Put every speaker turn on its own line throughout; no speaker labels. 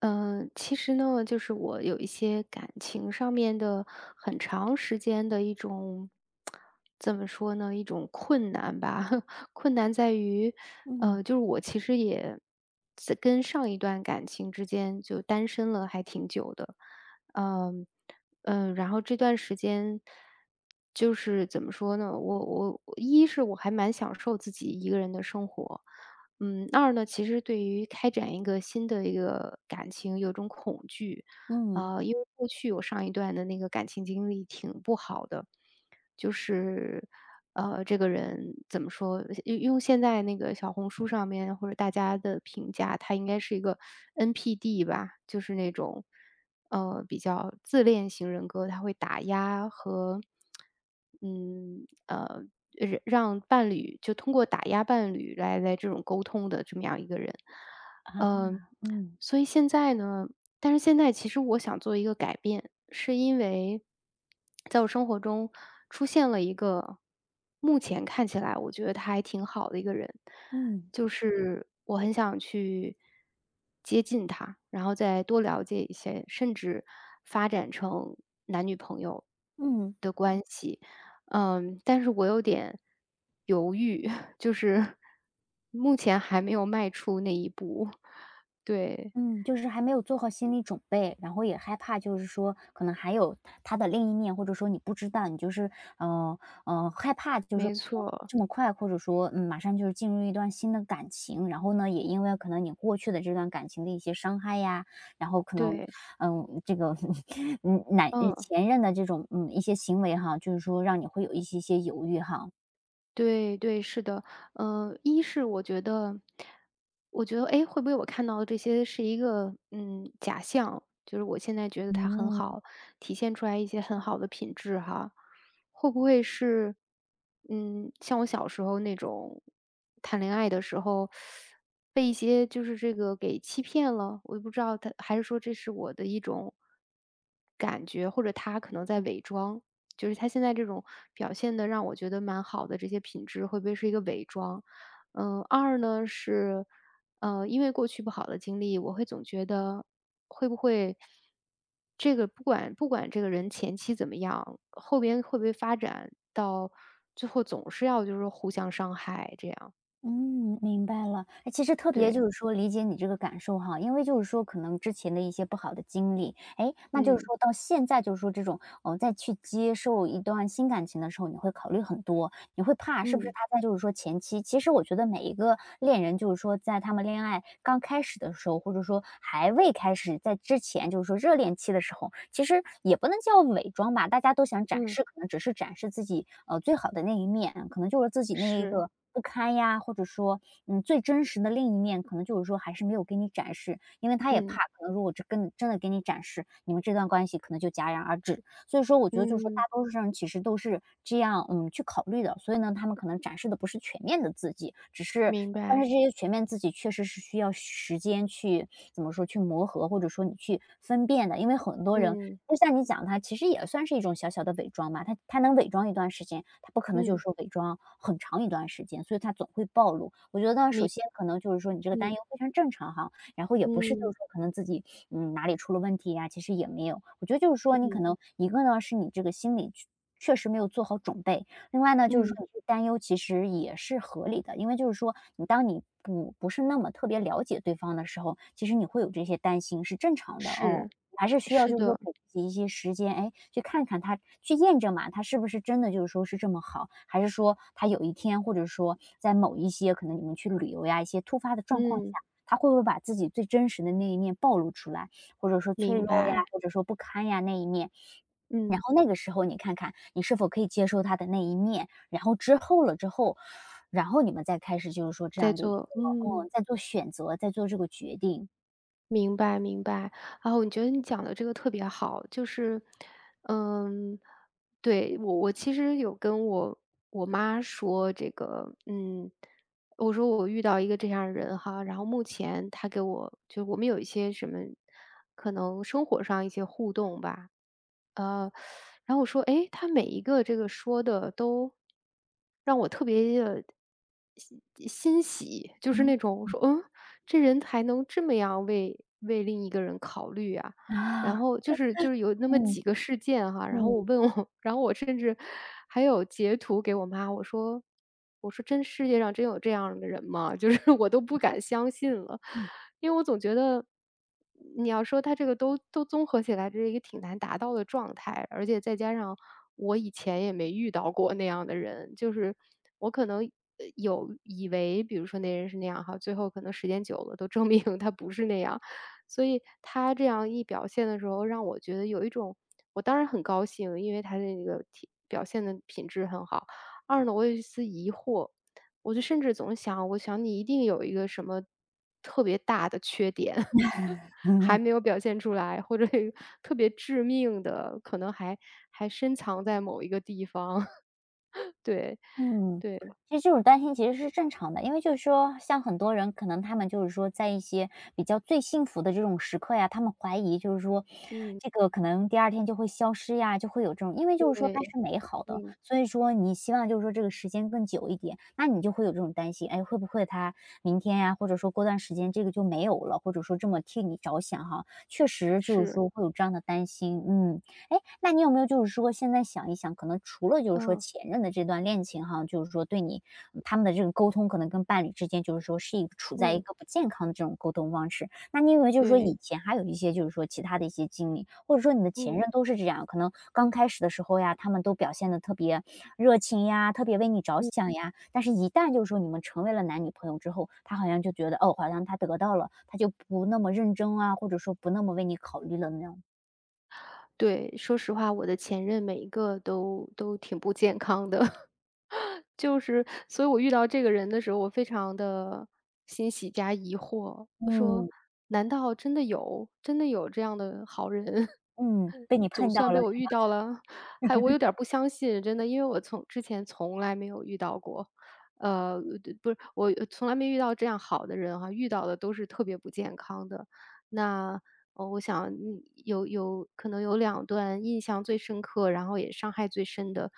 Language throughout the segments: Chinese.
嗯，其实呢，就是我有一些感情上面的很长时间的一种，怎么说呢，一种困难吧。困难在于，
嗯
就是我其实也在跟上一段感情之间就单身了还挺久的，嗯嗯，然后这段时间就是怎么说呢，我一是我还蛮享受自己一个人的生活，二呢，其实对于开展一个新的一个感情有种恐惧，
嗯
因为过去我上一段的那个感情经历挺不好的，就是，这个人怎么说？用现在那个小红书上面或者大家的评价，他应该是一个 NPD 吧，就是那种，比较自恋型人格，他会打压和，嗯，呃，让伴侣就通过打压伴侣来这种沟通的这么样一个人，
啊
嗯、
嗯
所以现在呢，但是现在其实我想做一个改变，是因为在我生活中出现了一个目前看起来我觉得他还挺好的一个人，
嗯
就是我很想去接近他，然后再多了解一些，甚至发展成男女朋友。
嗯
嗯，但是我有点犹豫，就是目前还没有迈出那一步。对，
嗯，就是还没有做好心理准备，然后也害怕，就是说可能还有他的另一面，或者说你不知道，你就是呃害怕，就是
没错，
这么快，或者说马上就是进入一段新的感情，然后呢，也因为可能你过去的这段感情的一些伤害呀，然后可能
对，
这个 男
嗯。
前任的这种一些行为哈，就是说让你会有一些犹豫哈。
对对，是的。一是我觉得哎，会不会我看到的这些是一个，假象，就是我现在觉得他很
嗯。
好，体现出来一些很好的品质哈。会不会是，像我小时候那种谈恋爱的时候，被一些就是这个给欺骗了，我也不知道他，还是说这是我的一种感觉，或者他可能在伪装。就是他现在这种表现的，让我觉得蛮好的这些品质会不会是一个伪装？嗯，二呢是，因为过去不好的经历，我会总觉得会不会这个不管这个人前期怎么样，后边会不会发展到最后总是要就是互相伤害这样。
嗯，明白了。哎，其实特别就
对，
是说理解你这个感受哈，因为就是说可能之前的一些不好的经历，哎，那就是
嗯，
说到现在就是说这种，再去接受一段新感情的时候，你会考虑很多，你会怕是不是
嗯，
他在就是说前期。其实我觉得每一个恋人，就是说在他们恋爱刚开始的时候，或者说还未开始在之前，就是说热恋期的时候，其实也不能叫伪装吧，大家都想展
嗯，
示，可能只是展示自己，最好的那一面，可能就是自己那一
是，
个不堪呀，或者说，最真实的另一面，可能就是说还是没有给你展示，因为他也怕，
嗯，
可能如果这跟真的给你展示，你们这段关系可能就戛然而止了。所以说我觉得就是说大
嗯，
多数人其实都是这样，嗯，去考虑的。所以呢，他们可能展示的不是全面的自己，只是。
明
但
白，
是这些全面自己确实是需要时间去怎么说，去磨合，或者说你去分辨的。因为很多人
嗯，
就像你讲，他其实也算是一种小小的伪装嘛，他能伪装一段时间，他不可能就
嗯，
是说伪装很长一段时间，所以他总会暴露。我觉得首
明
先可能就是说你这个
嗯，
担忧非常正常哈，然后也不是就
嗯，
是说可能自己，哪里出了问题呀，其实也没有。我觉得就是说你可
嗯，
能一个呢，是你这个心理去确实没有做好准备，另外呢，就是说
嗯，
你去担忧其实也是合理的。因为就是说你当你不是那么特别了解对方的时候，其实你会有这些担心是正常的，哦。
是。
还是需要
是
就是说
的，
给自己一些时间，哎，去看看他，去验证嘛，他是不是真的就是说是这么好，还是说他有一天或者说在某一些可能你们去旅游呀，一些突发的状况下，
嗯，
他会不会把自己最真实的那一面暴露出来，或者说脆
明
弱呀，
白，
或者说不堪呀那一面。
嗯，
然后那个时候你看看你是否可以接受他的那一面，然后之后了之后，然后你们再开始就是说这
在
样的一个。
做
嗯，
嗯。
在做选择，在做这个决定。
明白明白，然后我觉得你讲的这个特别好，就是，嗯，对，我其实有跟我妈说这个，嗯，我说我遇到一个这样的人哈，然后目前他给我就我们有一些什么，可能生活上一些互动吧，呃，然后我说，诶，他每一个这个说的都让我特别的欣欣喜，就是
嗯。
那种我说，这人才能这么样为另一个人考虑啊。然
啊。
后就是有那么
嗯。
几个事件哈，然后我
嗯。
问我然后我甚至还有截图给我妈，我说：世界上真有这样的人吗？" 就是我都不敢相信了。因为我总觉得，你要说他这个都综合起来，这是一个挺难达到的状态，而且再加上我以前也没遇到过那样的人，就是我可能，有以为比如说那人是那样哈，最后可能时间久了都证明他不是那样。所以他这样一表现的时候，让我觉得有一种我当然很高兴，因为他的那个体表现的品质很好。二呢，我有一丝疑惑，我就甚至总想，我想你一定有一个什么特别大的缺点 还 没有表现出来，或者有特别致命的，可能还深藏在某一个地方。对，
嗯，
对，
其实这种担心其实是正常的，因为就是说，像很多人可能他们就是说，在一些比较最幸福的这种时刻呀，他们怀疑就是说，这个可能第二天就会消失呀，就会有这种。因为就是说它
对，
是美好的，
嗯，
所以说你希望就是说这个时间更久一点，那你就会有这种担心，哎，会不会它明天呀，或者说过段时间这个就没有了，或者说这么替你着想哈，确实就是
是，
说会有这样的担心，嗯。哎，那你有没有就是说现在想一想，可能除了就是说
嗯，
前任的这段恋情哈，就是说对你他们的这种沟通，可能跟伴侣之间就是说是一个处在一
嗯，
个不健康的这种沟通方式。那你有没有就是说以
对，
前还有一些就是说其他的一些经历，或者说你的
嗯，
前
嗯。
任都是这样？可能刚开始的时候呀，他们都表现的特别热情呀，特别为你着想呀，但是一旦就是说你们成为了男女朋友之后，他好像就觉得哦，好像他得到了，他就不那么认真啊，或者说不那么为你考虑了那样。
对，说实话，我的前任每一个都挺不健康的。就是所以我遇到这个人的时候，我非常的欣喜加疑惑，我说：
嗯。
“难道真的有这样的好人？"
嗯，被你
总
碰到
算
了
被我
是
遇
吧？
到了，还我有点儿不相信，真的，因为我从之前从来没有遇到过，呃，不是，我从来没遇到这样好的人哈，遇到的都是特别不健康的。那哦，我想有可能有两段印象最深刻，然后也伤害最深的，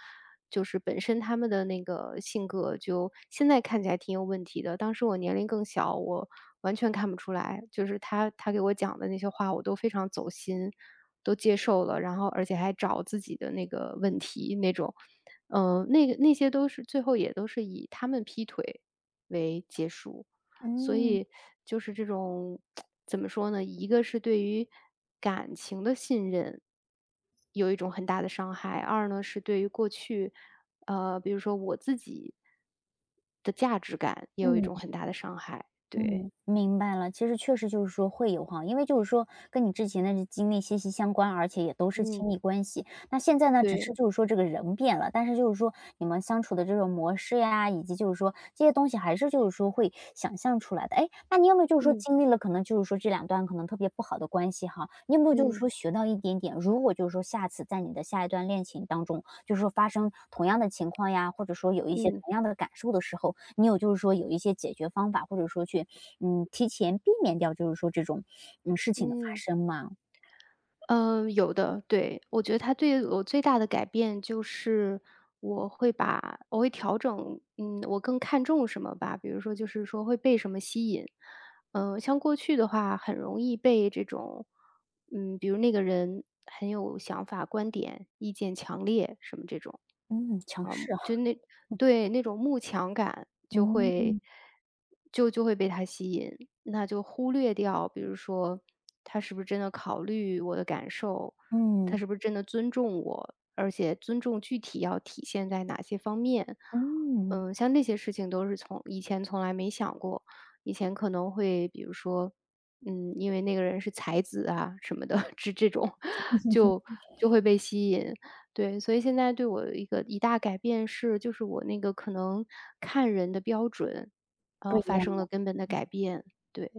就是本身他们的那个性格就现在看起来挺有问题的。当时我年龄更小，我完全看不出来，就是他给我讲的那些话，我都非常走心，都接受了，然后而且还找自己的那个问题那种。那些都是最后也都是以他们劈腿为结束。所
嗯。
以就是这种 怎么说呢？一个是对于感情的信任，有一种很大的伤害；二呢是对于过去，比如说我自己的价值感，也有一种
嗯。
很大的伤害。对，
嗯，明白了。其实确实就是说会有哈，因为就是说跟你之前的经历息息相关，而且也都是
嗯，
亲密关系。那现在呢，只是
对，
就是说这个人变了，但是就是说你们相处的这种模式呀，以及就是说这些东西还是就是说会想象出来的。哎，那你有没有就是说
嗯
经历了可能就是说这两段可能特别不好的关系哈，你有没有就是
嗯
说学到一点点，如果就是说下次在你的下一段恋情当中，就是说发生同样的情况呀，或者说有一些
嗯
同样的感受的时候，你有就是说有一些解决方法，或者说去提前避免掉，就是说这种事情的发
嗯。
生嘛。
嗯，有的，对。我觉得他对我最大的改变就是我会调整，我更看重什么吧。比如说就是说会被什么吸引。像过去的话很容易被这种，比如那个人很有想法、观点、意见强烈什么这种。
嗯，强势。啊。
就那对，那种慕强感就会
嗯。
就就会被他吸引，那就忽略掉，比如说他是不是真的考虑我的感受，他
嗯。
是不是真的尊重我，而且尊重具体要体现在哪些方面。
嗯。
像那些事情都是从以前从来没想过，以前可能会比如说，因为那个人是才子啊什么的，这种就就会被吸引。对，所以现在对我一大改变是，就是我那个可能看人的标准，然
不
后
一
发
样。
生了根本的改变。对，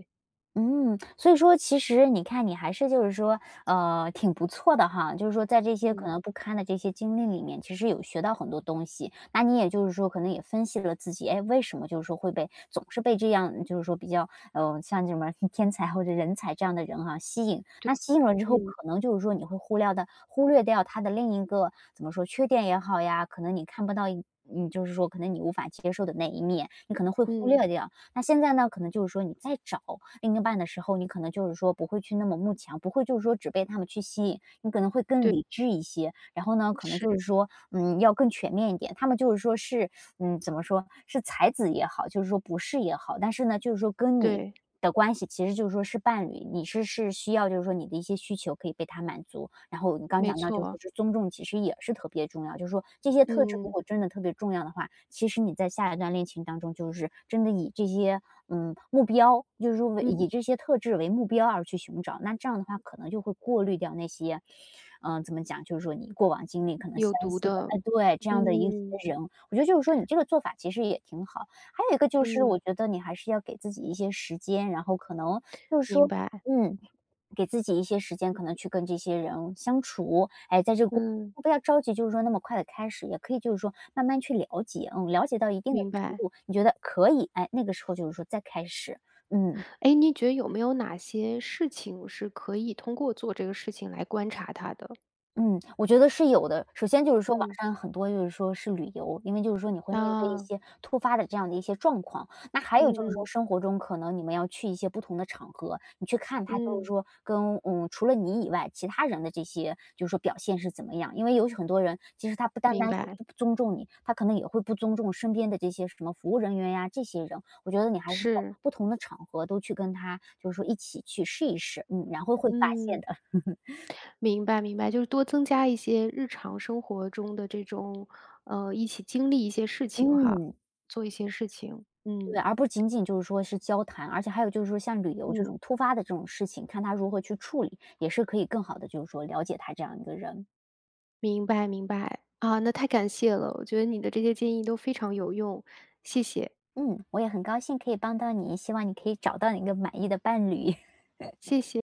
嗯，所以说其实你看你还是就是说，挺不错的哈，就是说在这些可
嗯
能不堪的这些经历里面，其实有学到很多东西。那你也就是说，可能也分析了自己，哎，为什么就是说会被总是被这样就是说比较，像什么天才或者人才这样的人哈、吸引。那吸引了之后，
嗯
可能就是说你会忽略掉他的另一个怎么说缺点也好呀，可能你看不到一。嗯，就是说，可能你无法接受的那一面，你可能会忽
嗯，
略掉。那现在呢，可能就是说你在找，另一半的时候，你可能就是说不会去那么慕强，不会就是说只被他们去吸引，你可能会更
对，
理智一些。然后呢，可能
是，
就是说，要更全面一点。他们就是说是怎么说，是才子也好，就是说不是也好，但是呢，就是说跟你
对，
的关系其实就是说是伴侣，你是需要就是说你的一些需求可以被他满足。然后你刚
没
讲到就是
错，
说是尊重，其实也是特别重要，就是说这些特质如
嗯，
果真的特别重要的话，其实你在下一段恋情当中，就是真的以这些目标，就是说为以这些特质为目标而去寻找，那这样的话可能就会过滤掉那些，怎么讲，就是说你过往经历可能
有
相
毒
似的，
的，
哎，对这样的一些
嗯
人，我觉得就是说你这个做法其实也挺好。还有一个就是
嗯，
我觉得你还是要给自己一些时间，然后可能就是
明
说
白，
嗯，给自己一些时间，可能去跟这些人相处。哎，在这个过
嗯
不要着急，就是说那么快的开始，也可以就是说慢慢去了解，嗯，了解到一定的
明
程
白。
度，你觉得可以，哎，那个时候就是说再开始，嗯。
哎，你觉得有没有哪些事情是可以通过做这个事情来观察它的？
嗯，我觉得是有的。首先就是说网
嗯
上很多就是说是旅游，因为就是说你会面对一
啊，
些突发的这样的一些状况。那还有
嗯
就是说
嗯
生活中可能你们要去一些不同的场合，你去看他就是
嗯，
说跟除了你以外，其他人的这些就是说表现是怎么样。因为有很多人其实他不单单
明
是
白，
不尊重你，他可能也会不尊重身边的这些什么服务人员呀，这些人。我觉得你还是要
是，
不同的场合都去跟他就是说一起去试一试，嗯，然后会发现
嗯。
的。
明白明白，就是多增加一些日常生活中的这种，一起经历一些事情哈，
嗯。
做一些事情，
对，
嗯
而不仅仅就是说是交谈，而且还有就是说像旅游这
嗯，
种突发的这种事情，看他如何去处理，也是可以更好的就是说了解他这样一个人。
明白明白，啊，那太感谢了，我觉得你的这些建议都非常有用，谢谢
嗯，我也很高兴可以帮到你，希望你可以找到你一个满意的伴侣。
谢谢。